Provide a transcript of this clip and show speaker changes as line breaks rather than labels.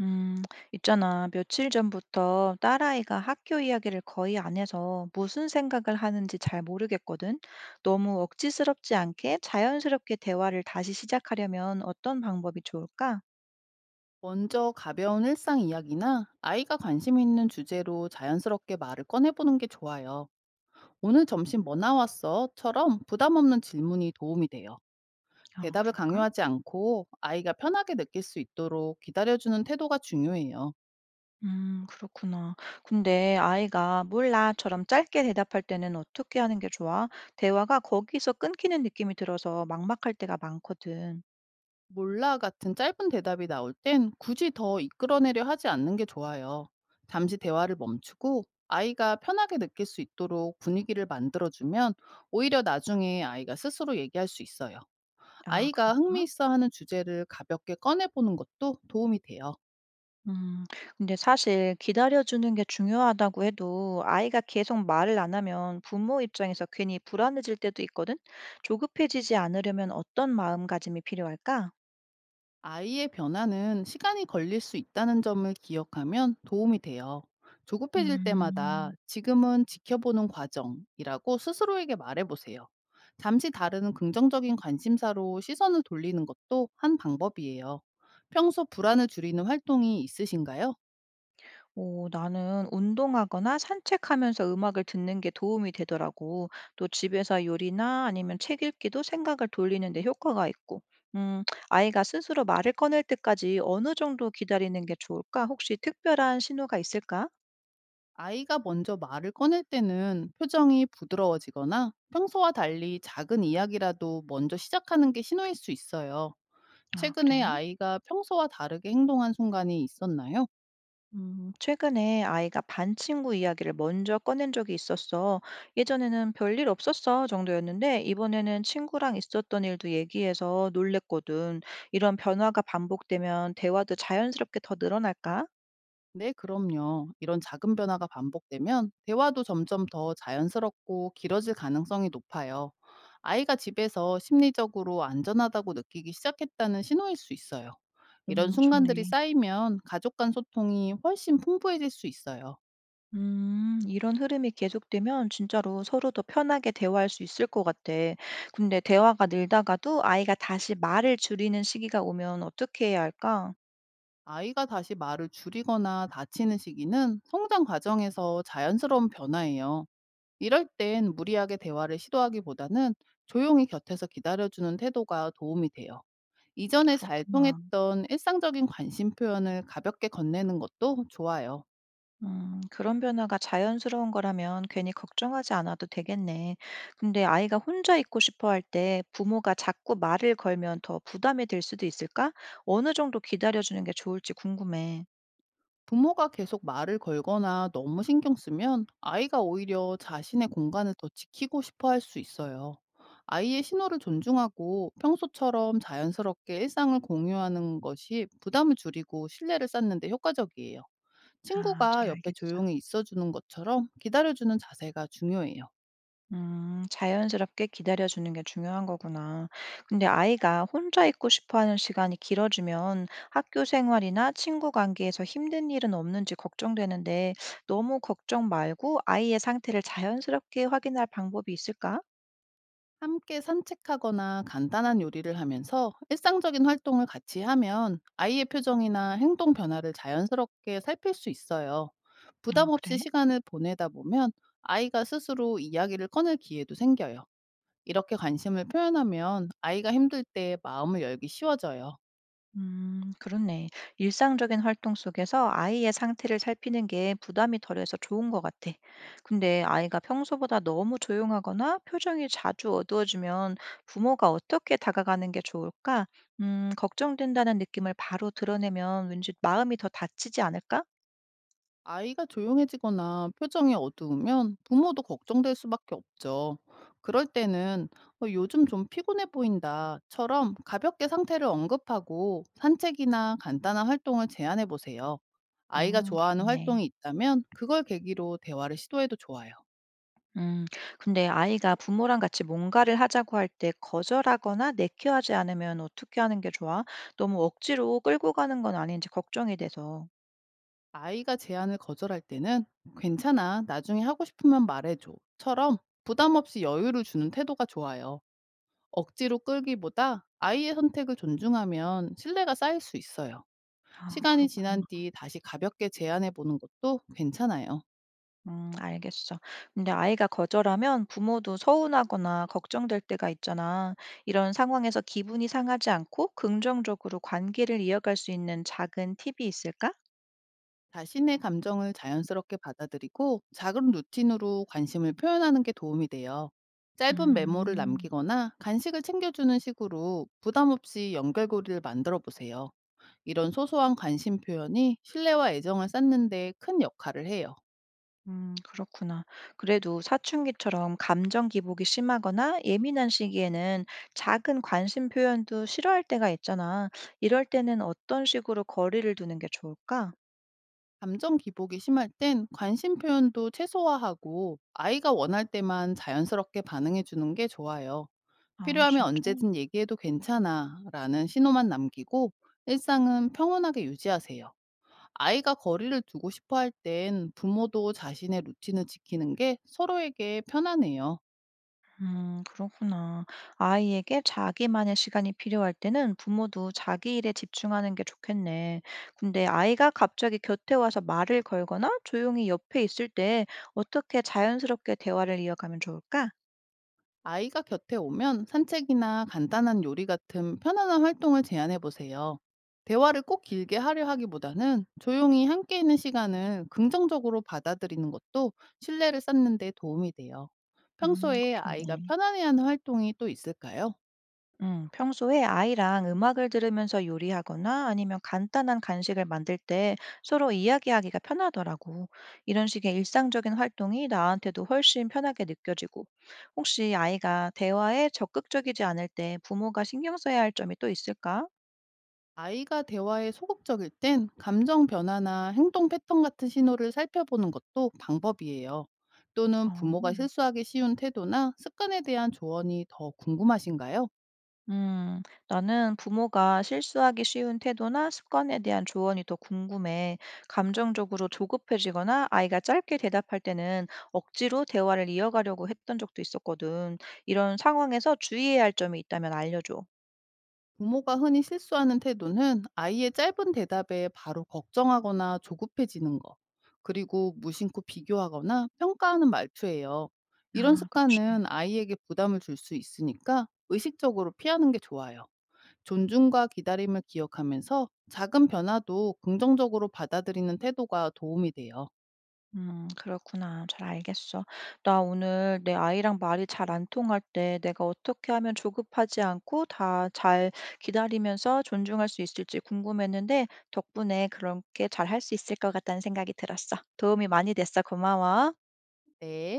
음, 있잖아. 며칠 전부터 딸아이가 학교 이야기를 거의 안 해서 무슨 생각을 하는지 잘 모르겠거든. 너무 억지스럽지 않게 자연스럽게 대화를 다시 시작하려면 어떤 방법이 좋을까?
먼저 가벼운 일상 이야기나 아이가 관심 있는 주제로 자연스럽게 말을 꺼내보는 게 좋아요. 오늘 점심 뭐 나왔어?처럼 부담 없는 질문이 도움이 돼요.
아,
대답을
그럴까?
강요하지 않고 아이가 편하게 느낄 수 있도록 기다려주는 태도가 중요해요.
그렇구나. 근데 아이가 몰라처럼 짧게 대답할 때는 어떻게 하는 게 좋아? 대화가 거기서 끊기는 느낌이 들어서 막막할 때가 많거든.
몰라 같은 짧은 대답이 나올 땐 굳이 더 이끌어내려 하지 않는 게 좋아요. 잠시 대화를 멈추고 아이가 편하게 느낄 수 있도록 분위기를 만들어주면 오히려 나중에 아이가 스스로 얘기할 수 있어요.
아, 그럴까?
아이가 흥미있어하는 주제를 가볍게 꺼내보는 것도 도움이 돼요.
음, 근데 사실 기다려주는 게 중요하다고 해도 아이가 계속 말을 안 하면 부모 입장에서 괜히 불안해질 때도 있거든? 조급해지지 않으려면 어떤 마음가짐이 필요할까?
아이의 변화는 시간이 걸릴 수 있다는 점을 기억하면 도움이 돼요. 조급해질 때마다
음,
지금은 지켜보는 과정이라고 스스로에게 말해보세요. 잠시 다른 긍정적인 관심사로 시선을 돌리는 것도 한 방법이에요. 평소 불안을 줄이는 활동이 있으신가요?
오, 나는 운동하거나 산책하면서 음악을 듣는 게 도움이 되더라고. 또 집에서 요리나 아니면 책 읽기도 생각을 돌리는 데 효과가 있고. 음, 아이가 스스로 말을 꺼낼 때까지 어느 정도 기다리는 게 좋을까? 혹시 특별한 신호가 있을까?
아이가 먼저 말을 꺼낼 때는 표정이 부드러워지거나 평소와 달리 작은 이야기라도 먼저 시작하는 게 신호일 수 있어요.
아,
최근에
그래.
아이가 평소와 다르게 행동한 순간이 있었나요?
최근에 아이가 반 친구 이야기를 먼저 꺼낸 적이 있었어. 예전에는 별일 없었어 정도였는데, 이번에는 친구랑 있었던 일도 얘기해서 놀랬거든. 이런 변화가 반복되면 대화도 자연스럽게 더 늘어날까?
네, 그럼요. 이런 작은 변화가 반복되면 대화도 점점 더 자연스럽고 길어질 가능성이 높아요. 아이가 집에서 심리적으로 안전하다고 느끼기 시작했다는 신호일 수 있어요. 이런 순간들이
좋네.
쌓이면 가족 간 소통이 훨씬 풍부해질 수 있어요.
이런 흐름이 계속되면 진짜로 서로 더 편하게 대화할 수 있을 것 같아. 근데 대화가 늘다가도 아이가 다시 말을 줄이는 시기가 오면 어떻게 해야 할까?
아이가 다시 말을 줄이거나 다치는 시기는 성장 과정에서 자연스러운 변화예요. 이럴 땐 무리하게 대화를 시도하기보다는 조용히 곁에서 기다려주는 태도가 도움이 돼요. 이전에 잘
그렇구나.
통했던 일상적인 관심 표현을 가볍게 건네는 것도 좋아요.
그런 변화가 자연스러운 거라면 괜히 걱정하지 않아도 되겠네. 근데 아이가 혼자 있고 싶어 할 때 부모가 자꾸 말을 걸면 더 부담이 될 수도 있을까? 어느 정도 기다려주는 게 좋을지 궁금해.
부모가 계속 말을 걸거나 너무 신경 쓰면 아이가 오히려 자신의 공간을 더 지키고 싶어 할 수 있어요. 아이의 신호를 존중하고 평소처럼 자연스럽게 일상을 공유하는 것이 부담을 줄이고 신뢰를 쌓는 데 효과적이에요.
아,
친구가
잘
옆에
알겠어.
조용히 있어주는 것처럼 기다려주는 자세가 중요해요.
자연스럽게 기다려주는 게 중요한 거구나. 근데 아이가 혼자 있고 싶어 하는 시간이 길어지면 학교 생활이나 친구 관계에서 힘든 일은 없는지 걱정되는데 너무 걱정 말고 아이의 상태를 자연스럽게 확인할 방법이 있을까?
함께 산책하거나 간단한 요리를 하면서 일상적인 활동을 같이 하면 아이의 표정이나 행동 변화를 자연스럽게 살필 수 있어요. 부담
아, 그래?
없이 시간을 보내다 보면 아이가 스스로 이야기를 꺼낼 기회도 생겨요. 이렇게 관심을 표현하면 아이가 힘들 때 마음을 열기 쉬워져요.
그렇네. 일상적인 활동 속에서 아이의 상태를 살피는 게 부담이 덜해서 좋은 것 같아. 근데 아이가 평소보다 너무 조용하거나 표정이 자주 어두워지면 부모가 어떻게 다가가는 게 좋을까? 걱정된다는 느낌을 바로 드러내면 왠지 마음이 더 다치지 않을까?
아이가 조용해지거나 표정이 어두우면 부모도 걱정될 수밖에 없죠. 그럴 때는 "어, 요즘 좀 피곤해 보인다처럼 가볍게 상태를 언급하고 산책이나 간단한 활동을 제안해 보세요. 아이가
그렇
좋아하는
네
활동이 있다면 그걸 계기로 대화를 시도해도 좋아요.
음. 근데 아이가 부모랑 같이 뭔가를 하자고 할 때 거절하거나 내키하지 않으면 어떻게 하는 게 좋아? 너무 억지로 끌고 가는 건 아닌지 걱정이 돼서.
아이가 제안을 거절할 때는 "괜찮아, 나중에 하고 싶으면 말해줘."처럼 부담 없이 여유를 주는 태도가 좋아요. 억지로 끌기보다 아이의 선택을 존중하면 신뢰가 쌓일 수 있어요.
아,
시간이
그렇구나.
지난 뒤 다시 가볍게 제안해 보는 것도 괜찮아요.
알겠어. 근데 아이가 거절하면 부모도 서운하거나 걱정될 때가 있잖아. 이런 상황에서 기분이 상하지 않고 긍정적으로 관계를 이어갈 수 있는 작은 팁이 있을까?
자신의 감정을 자연스럽게 받아들이고 작은 루틴으로 관심을 표현하는 게 도움이 돼요. 짧은 메모를
음.
남기거나 간식을 챙겨주는 식으로 부담 없이 연결고리를 만들어 보세요. 이런 소소한 관심 표현이 신뢰와 애정을 쌓는 데 큰 역할을 해요.
그렇구나. 그래도 사춘기처럼 감정 기복이 심하거나 예민한 시기에는 작은 관심 표현도 싫어할 때가 있잖아. 이럴 때는 어떤 식으로 거리를 두는 게 좋을까?
감정 기복이 심할 땐 관심 표현도 최소화하고 아이가 원할 때만 자연스럽게 반응해 주는 게 좋아요.
아,
필요하면
진짜?
"언제든 얘기해도 괜찮아 라는 신호만 남기고 일상은 평온하게 유지하세요. 아이가 거리를 두고 싶어 할 땐 부모도 자신의 루틴을 지키는 게 서로에게 편하네요.
그렇구나. 아이에게 자기만의 시간이 필요할 때는 부모도 자기 일에 집중하는 게 좋겠네. 근데 아이가 갑자기 곁에 와서 말을 걸거나 조용히 옆에 있을 때 어떻게 자연스럽게 대화를 이어가면 좋을까?
아이가 곁에 오면 산책이나 간단한 요리 같은 편안한 활동을 제안해 보세요. 대화를 꼭 길게 하려 하기보다는 조용히 함께 있는 시간을 긍정적으로 받아들이는 것도 신뢰를 쌓는 데 도움이 돼요.
그
평소에 아이가
좋네.
편안해하는 활동이 또 있을까요?
평소에 아이랑 음악을 들으면서 요리하거나 아니면 간단한 간식을 만들 때 서로 이야기하기가 편하더라고. 이런 식의 일상적인 활동이 나한테도 훨씬 편하게 느껴지고. 혹시 아이가 대화에 적극적이지 않을 때 부모가 신경 써야 할 점이 또 있을까?
아이가 대화에 소극적일 땐 감정 변화나 행동 패턴 같은 신호를 살펴보는 것도 방법이에요. 또는 부모가
어.
실수하기 쉬운 태도나 습관에 대한 조언이 더 궁금하신가요?
음, 나는 부모가 실수하기 쉬운 태도나 습관에 대한 조언이 더 궁금해. 감정적으로 조급해지거나 아이가 짧게 대답할 때는 억지로 대화를 이어가려고 했던 적도 있었거든. 이런 상황에서 주의해야 할 점이 있다면 알려줘.
부모가 흔히 실수하는 태도는 아이의 짧은 대답에 바로 걱정하거나 조급해지는 것, 그리고 무심코 비교하거나 평가하는 말투예요. 이런
아, 그치.
습관은 아이에게 부담을 줄 수 있으니까 의식적으로 피하는 게 좋아요. 존중과 기다림을 기억하면서 작은 변화도 긍정적으로 받아들이는 태도가 도움이 돼요.
그렇구나. 잘 알겠어. 나 오늘 내 아이랑 말이 잘 안 통할 때 내가 어떻게 하면 조급하지 않고 다 잘 기다리면서 존중할 수 있을지 궁금했는데 덕분에 그렇게 잘 할 수 있을 것 같다는 생각이 들었어. 도움이 많이 됐어. 고마워.
네.